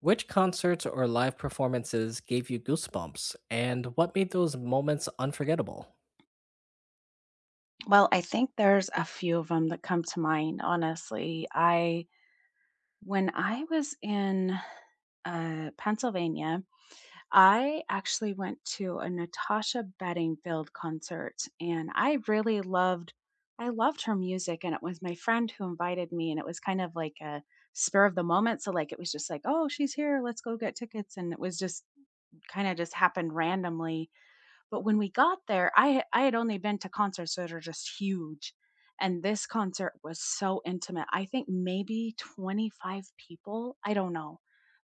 Which concerts or live performances gave you goosebumps, and what made those moments unforgettable? Well, I think there's a few of them that come to mind, honestly. I when I was in Pennsylvania, I actually went to a Natasha Bedingfield concert, and I loved her music, and it was my friend who invited me, and it was kind of like a spur of the moment. So like it was just like, oh, she's here, let's go get tickets, and it was just kind of just happened randomly. But when we got there, I had only been to concerts that are just huge. And this concert was so intimate. I think maybe 25 people. I don't know.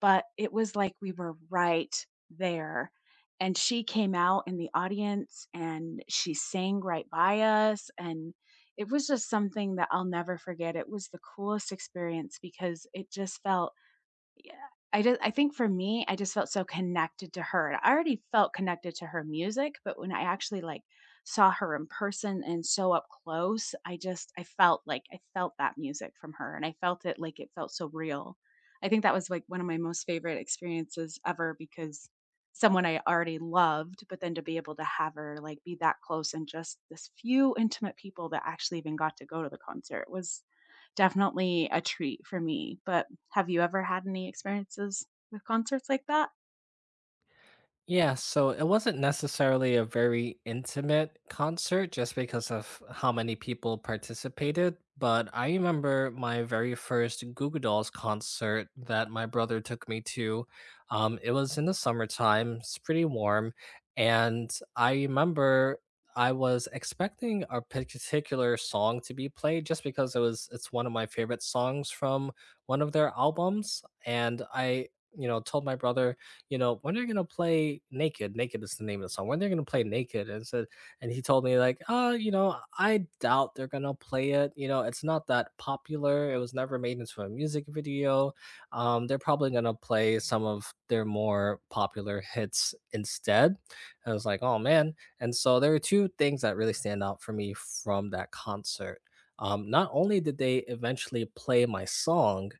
But it was like we were right there. And she came out in the audience and she sang right by us. And it was just something that I'll never forget. It was the coolest experience because it just felt yeah. I think for me, I just felt so connected to her. And I already felt connected to her music, but when I actually like saw her in person and so up close, I felt like I felt that music from her and I felt it like it felt so real. I think that was like one of my most favorite experiences ever because someone I already loved, but then to be able to have her like be that close and just this few intimate people that actually even got to go to the concert was definitely a treat for me, but have you ever had any experiences with concerts like that? Yeah, so it wasn't necessarily a very intimate concert just because of how many people participated, but I remember my very first Goo Goo Dolls concert that my brother took me to. It was in the summertime, it's pretty warm, and I remember I was expecting a particular song to be played just because it's one of my favorite songs from one of their albums, and I told my brother when they're gonna play Naked. Naked is the name of the song. When they're gonna play Naked, and he told me like, I doubt they're gonna play it. You know, it's not that popular. It was never made into a music video. They're probably gonna play some of their more popular hits instead. And I was like, oh man. And so there are two things that really stand out for me from that concert. Not only did they eventually play my song,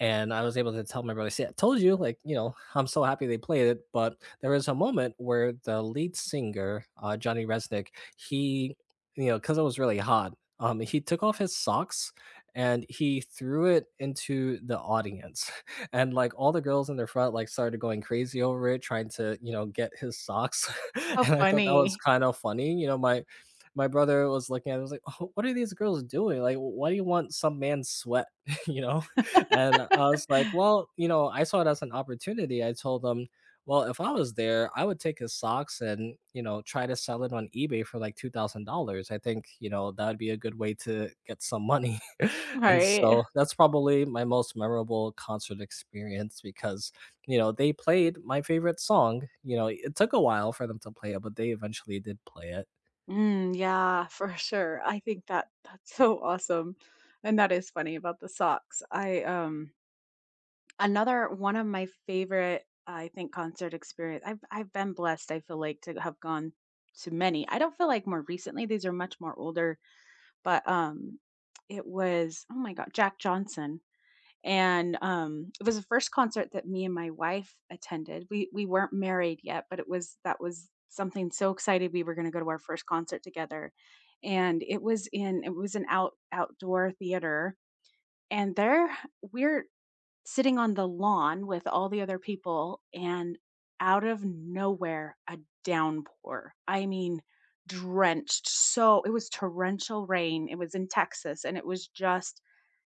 and I was able to tell my brother, "See, I told you, like, I'm so happy they played it." But there was a moment where the lead singer, Johnny Resnick, he, because it was really hot, he took off his socks and he threw it into the audience, and like all the girls in the front, like, started going crazy over it, trying to, get his socks, How and I thought that was funny, kind of funny. My brother was looking at it, was like, oh, "What are these girls doing? Like, why do you want some man's sweat?" you know. And I was like, "Well, I saw it as an opportunity." I told them, "Well, if I was there, I would take his socks and, try to sell it on eBay for like $2,000. I think, that would be a good way to get some money." And right? so that's probably my most memorable concert experience because, they played my favorite song. You know, it took a while for them to play it, but they eventually did play it. Mm, yeah, for sure. I think that that's so awesome. And that is funny about the socks. I another one of my favorite I think concert experience. I've been blessed, I feel like, to have gone to many. I don't feel like more recently, these are much more older, but it was oh my god, Jack Johnson. And, it was the first concert that me and my wife attended. We weren't married yet, but it was that was something so excited we were gonna go to our first concert together. And it was an outdoor theater, and there we're sitting on the lawn with all the other people, and out of nowhere, a downpour. I mean, drenched. So it was torrential rain. It was in Texas, and it was just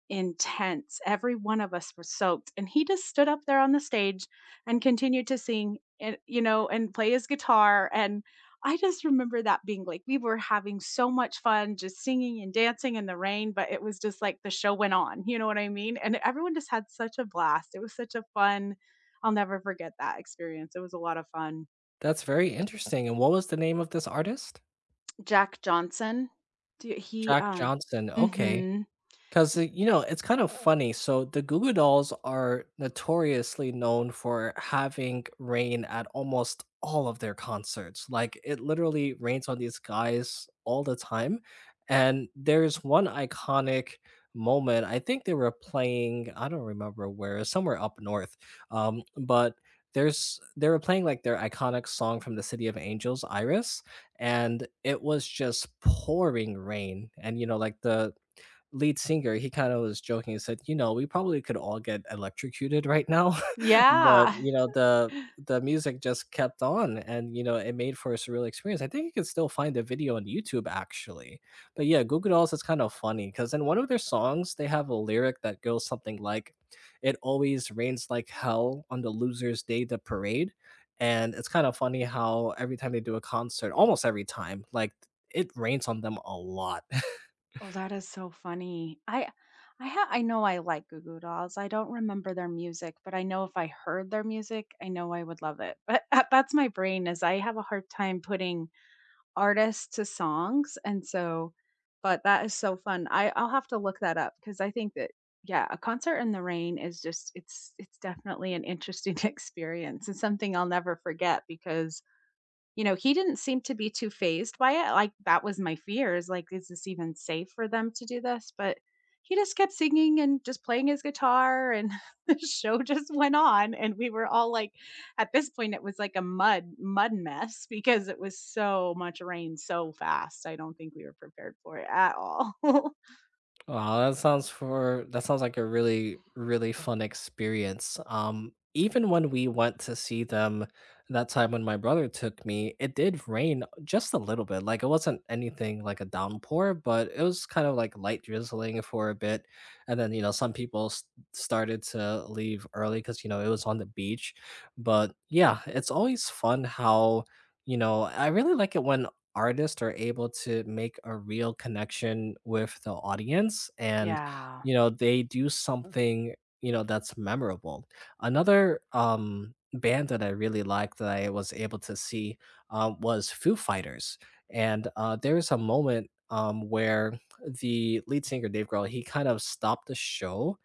intense. Every one of us were soaked. And he just stood up there on the stage and continued to sing and, you know, and play his guitar. And I just remember that being like, we were having so much fun just singing and dancing in the rain, but it was just like the show went on. You know what I mean? And everyone just had such a blast. It was such a fun, I'll never forget that experience. It was a lot of fun. That's very interesting, and what was the name of this artist? Jack Johnson, do, he, Jack um, Johnson, okay. hmm Because, it's kind of funny. So the Goo Goo Dolls are notoriously known for having rain at almost all of their concerts. Like, it literally rains on these guys all the time. And there's one iconic moment. I think they were playing, I don't remember where, somewhere up north. But there's they were playing like their iconic song from the City of Angels, Iris, and it was just pouring rain. And you know, like the lead singer, he kinda was joking and said, "You know, we probably could all get electrocuted right now," but, yeah. you know, the the music just kept on and, it made for a surreal experience. I think you can still find the video on YouTube, actually. But, yeah, Goo Goo Dolls is kind of funny because in one of their songs, they have a lyric that goes something like, "It always rains like hell on the losers' day, the parade," and it's kinda funny how every time they do a concert almost every time, like, it rains on them a lot. Oh, that is so funny. I know I like Goo Goo Dolls. I don't remember their music, but I know if I heard their music, I know I would love it. But that's my brain is I have a hard time putting artists to songs. And so, but that is so fun. I'll have to look that up because I think that yeah, a concert in the rain is just it's definitely an interesting experience and something I'll never forget because you know, he didn't seem to be too phased by it, like, that was my fears. Like, "Is this even safe for them to do this?" But he just kept singing and just playing his guitar, and the show just went on, and we were all, like at this point, it was like a mud mess because it was so much rain so fast, I don't think we were prepared for it at all. That sounds like a really really fun experience. Even when we went to see them that time when my brother took me, it did rain just a little bit. Like it wasn't anything like a downpour, but it was kind of like light drizzling for a bit. And then you know some people s started to leave early because you know it was on the beach. But yeah, it's always fun how I really like it when artists are able to make a real connection with the audience and Yeah. They do something that's memorable. Another band that I really liked that I was able to see, was Foo Fighters, and there was a moment, where the lead singer Dave Grohl, he kind of stopped the show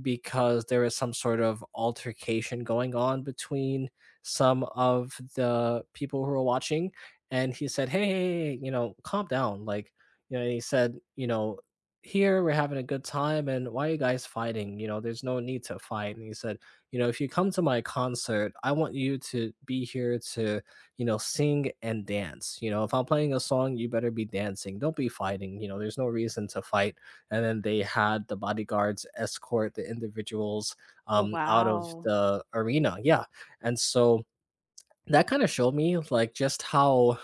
because there was some sort of altercation going on between some of the people who were watching, and he said, "Hey, hey, hey, calm down." Like, and he said, "You know, here we're having a good time, and why are you guys fighting? You know, there's no need to fight." And he said, "You know, if you come to my concert, I want you to be here to, sing and dance. You know, if I'm playing a song, you better be dancing. Don't be fighting. You know, there's no reason to fight." And then they had the bodyguards escort the individuals Oh, out of wow. the arena. Yeah, and so that kind of showed me like just how,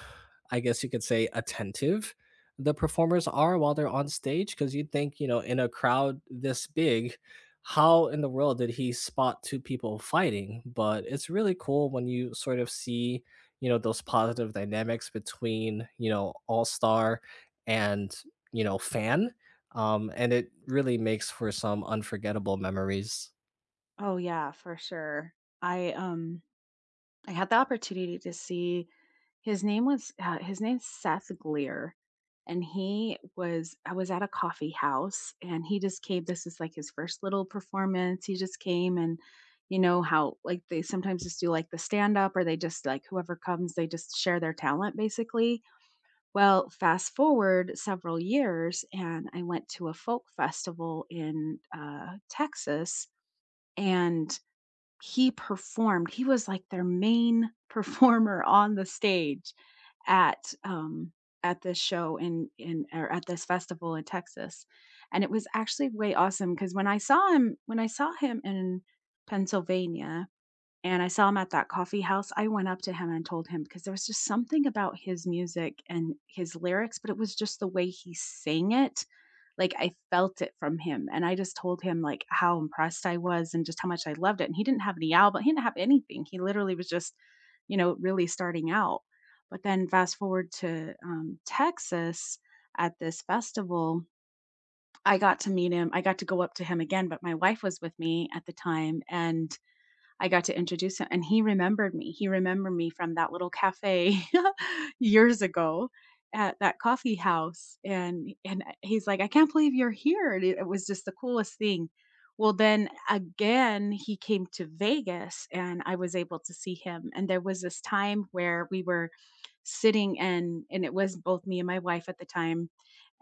I guess you could say, attentive the performers are while they're on stage, because you'd think, in a crowd this big, how in the world did he spot two people fighting? But it's really cool when you sort of see, those positive dynamics between, all-star and, fan. And it really makes for some unforgettable memories. Oh, yeah, for sure. I, um I had the opportunity to see his name's Seth Gleer, and he was I was at a coffee house, and he just came. This is like his first little performance. He just came, and you know how like they sometimes just do like the stand up, or they just like whoever comes, they just share their talent basically. Well, fast forward several years, and I went to a folk festival in Texas, and he performed. He was like their main performer on the stage at um, at this show in or at this festival in Texas, and it was actually way awesome because when I saw him in Pennsylvania and I saw him at that coffee house, I went up to him and told him because there was just something about his music and his lyrics, but it was just the way he sang it like, I felt it from him, and I just told him, like, how impressed I was and just how much I loved it, and he didn't have anything, he literally was just, you know, really starting out. But then fast forward to, Texas at this festival, I got to go up to him again, but my wife was with me at the time, and I got to introduce him, and he remembered me. He remembered me from that little cafe years ago at that coffee house, and he's like, "I can't believe you're here." And it was just the coolest thing. Well, then again, he came to Vegas, and I was able to see him. And there was this time where we were sitting, and it was both me and my wife at the time,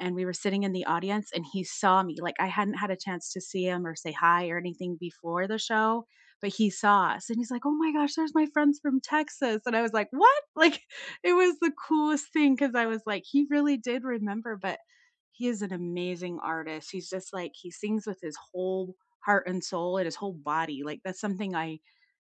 and we were sitting in the audience, and he saw me. Like I hadn't had a chance to see him or say hi or anything before the show but he saw us and he's like, "Oh my gosh, there's my friends from Texas." And I was like, "What?" Like it was the coolest thing cuz I was like, he really did remember, but he is an amazing artist. He's just like he sings with his whole heart and soul and his whole body. Like that's something I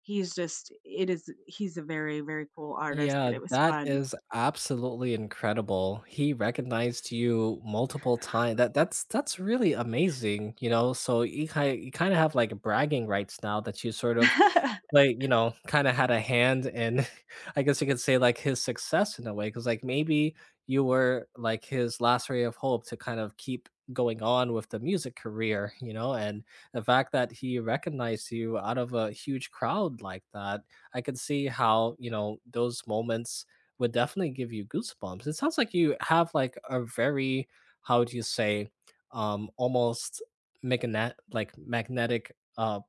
he's just it is he's a very cool artist, Yeah, but it was that fun. is absolutely incredible. He recognized you multiple times. That's really amazing, you know. So you kind of have like bragging rights now that you sort of like, kind of had a hand in I guess you could say like his success in a way cuz like maybe you were like his last ray of hope to kind of keep going on with the music career, and the fact that he recognized you out of a huge crowd like that, I could see how, those moments would definitely give you goosebumps. It sounds like you have like a very, how do you say, almost magnetic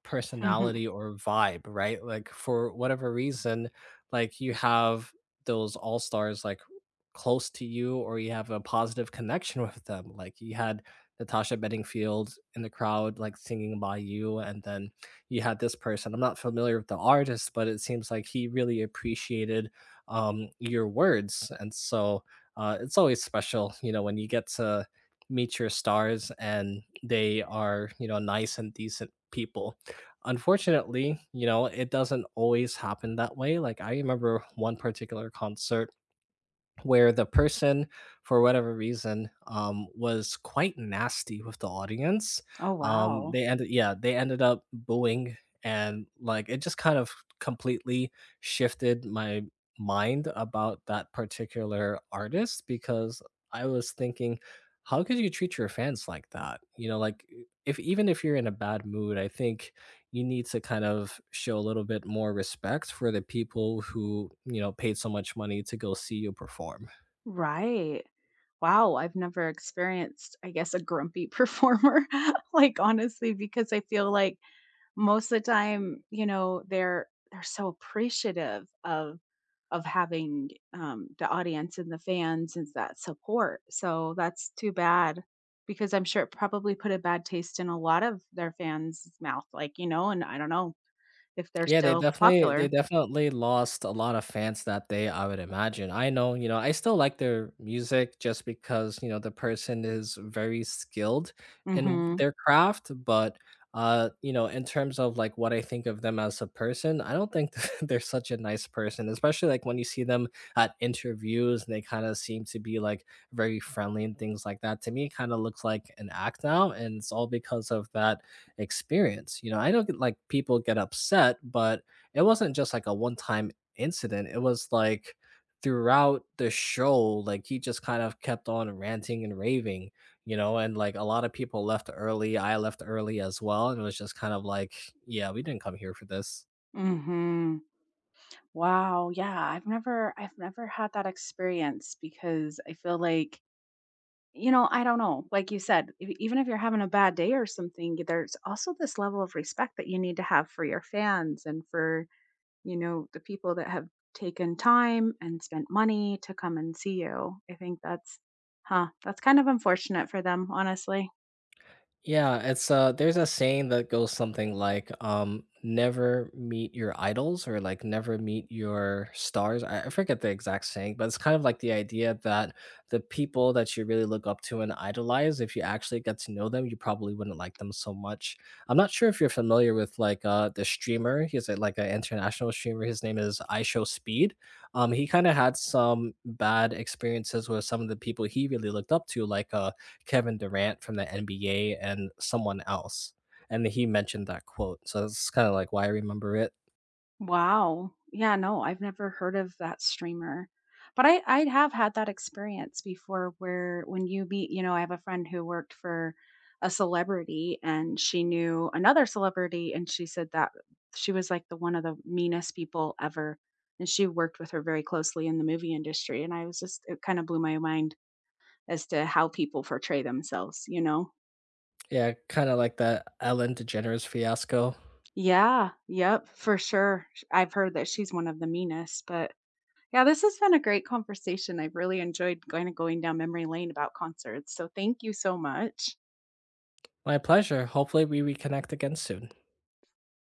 Mhm. personality or vibe, right? Like for whatever reason, like you have those all-stars like close to you or you have a positive connection with them. Like you had Natasha Bedingfield in the crowd, like singing by you, and then you had this person. I'm not familiar with the artist, but it seems like he really appreciated, your words. And so it's always special, when you get to meet your stars and they are, nice and decent people. Unfortunately, it doesn't always happen that way. Like I remember one particular concert where the person, for whatever reason, was quite nasty with the audience. Oh, Um, wow. they ended, yeah, they ended up booing, and like it just kind of completely shifted my mind about that particular artist because I was thinking, how could you treat your fans like that? You know, like if even if you're in a bad mood, I think you need to kind of show a little bit more respect for the people who, paid so much money to go see you perform. Right. Wow, I've never experienced, I guess, a grumpy performer, like, honestly, because I feel like most of the time, you know, they're so appreciative of having, the audience and the fans and that support, so that's too bad because I'm sure it probably put a bad taste in a lot of their fans' mouth, like, you know, and I don't know if they're Yeah, they still definitely they popular. definitely lost a lot of fans that day, I would imagine. I know, I still like their music just because, the person is very skilled in Mhm. their craft, but in terms of like what I think of them as a person, I don't think they're such a nice person, especially like when you see them at interviews and they kind of seem to be like very friendly and things like that. To me, it kind of looks like an act now, and it's all because of that experience. You know, I know people get upset, but it wasn't just like a one time incident. It was like throughout the show, like he just kind of kept on ranting and raving, and like a lot of people left early. I left early as well. And it was just kind of like, yeah, we didn't come here for this. Mhm. Wow, yeah, I've never had that experience because I feel like you know, I don't know. Like you said, e even if you're having a bad day or something, there's also this level of respect that you need to have for your fans and for, you know, the people that have taken time and spent money to come and see you. I think that's huh, that's kind of unfortunate for them, honestly. Yeah, it's there's a saying that goes something like never meet your idols or like never meet your stars. I forget the exact saying, but it's kind of like the idea that the people that you really look up to and idolize, if you actually get to know them, you probably wouldn't like them so much. I'm not sure if you're familiar with like the streamer. He's like an international streamer. His name is iShow Speed. He kind of had some bad experiences with some of the people he really looked up to, like Kevin Durant from the NBA and someone else. And he mentioned that quote. So that's kind of like why I remember it. Wow. Yeah, no, I've never heard of that streamer. But I have had that experience before where when you meet, you know, I have a friend who worked for a celebrity and she knew another celebrity and she said that she was like the one of the meanest people ever and she worked with her very closely in the movie industry and I was just it kind of blew my mind as to how people portray themselves, you know. Yeah, kind of like the Ellen DeGeneres fiasco. Yeah, yep, for sure. Sh- I've heard that she's one of the meanest, but yeah, this has been a great conversation. I've really enjoyed kind of going down memory lane about concerts. So thank you so much. My pleasure. Hopefully, we reconnect again soon.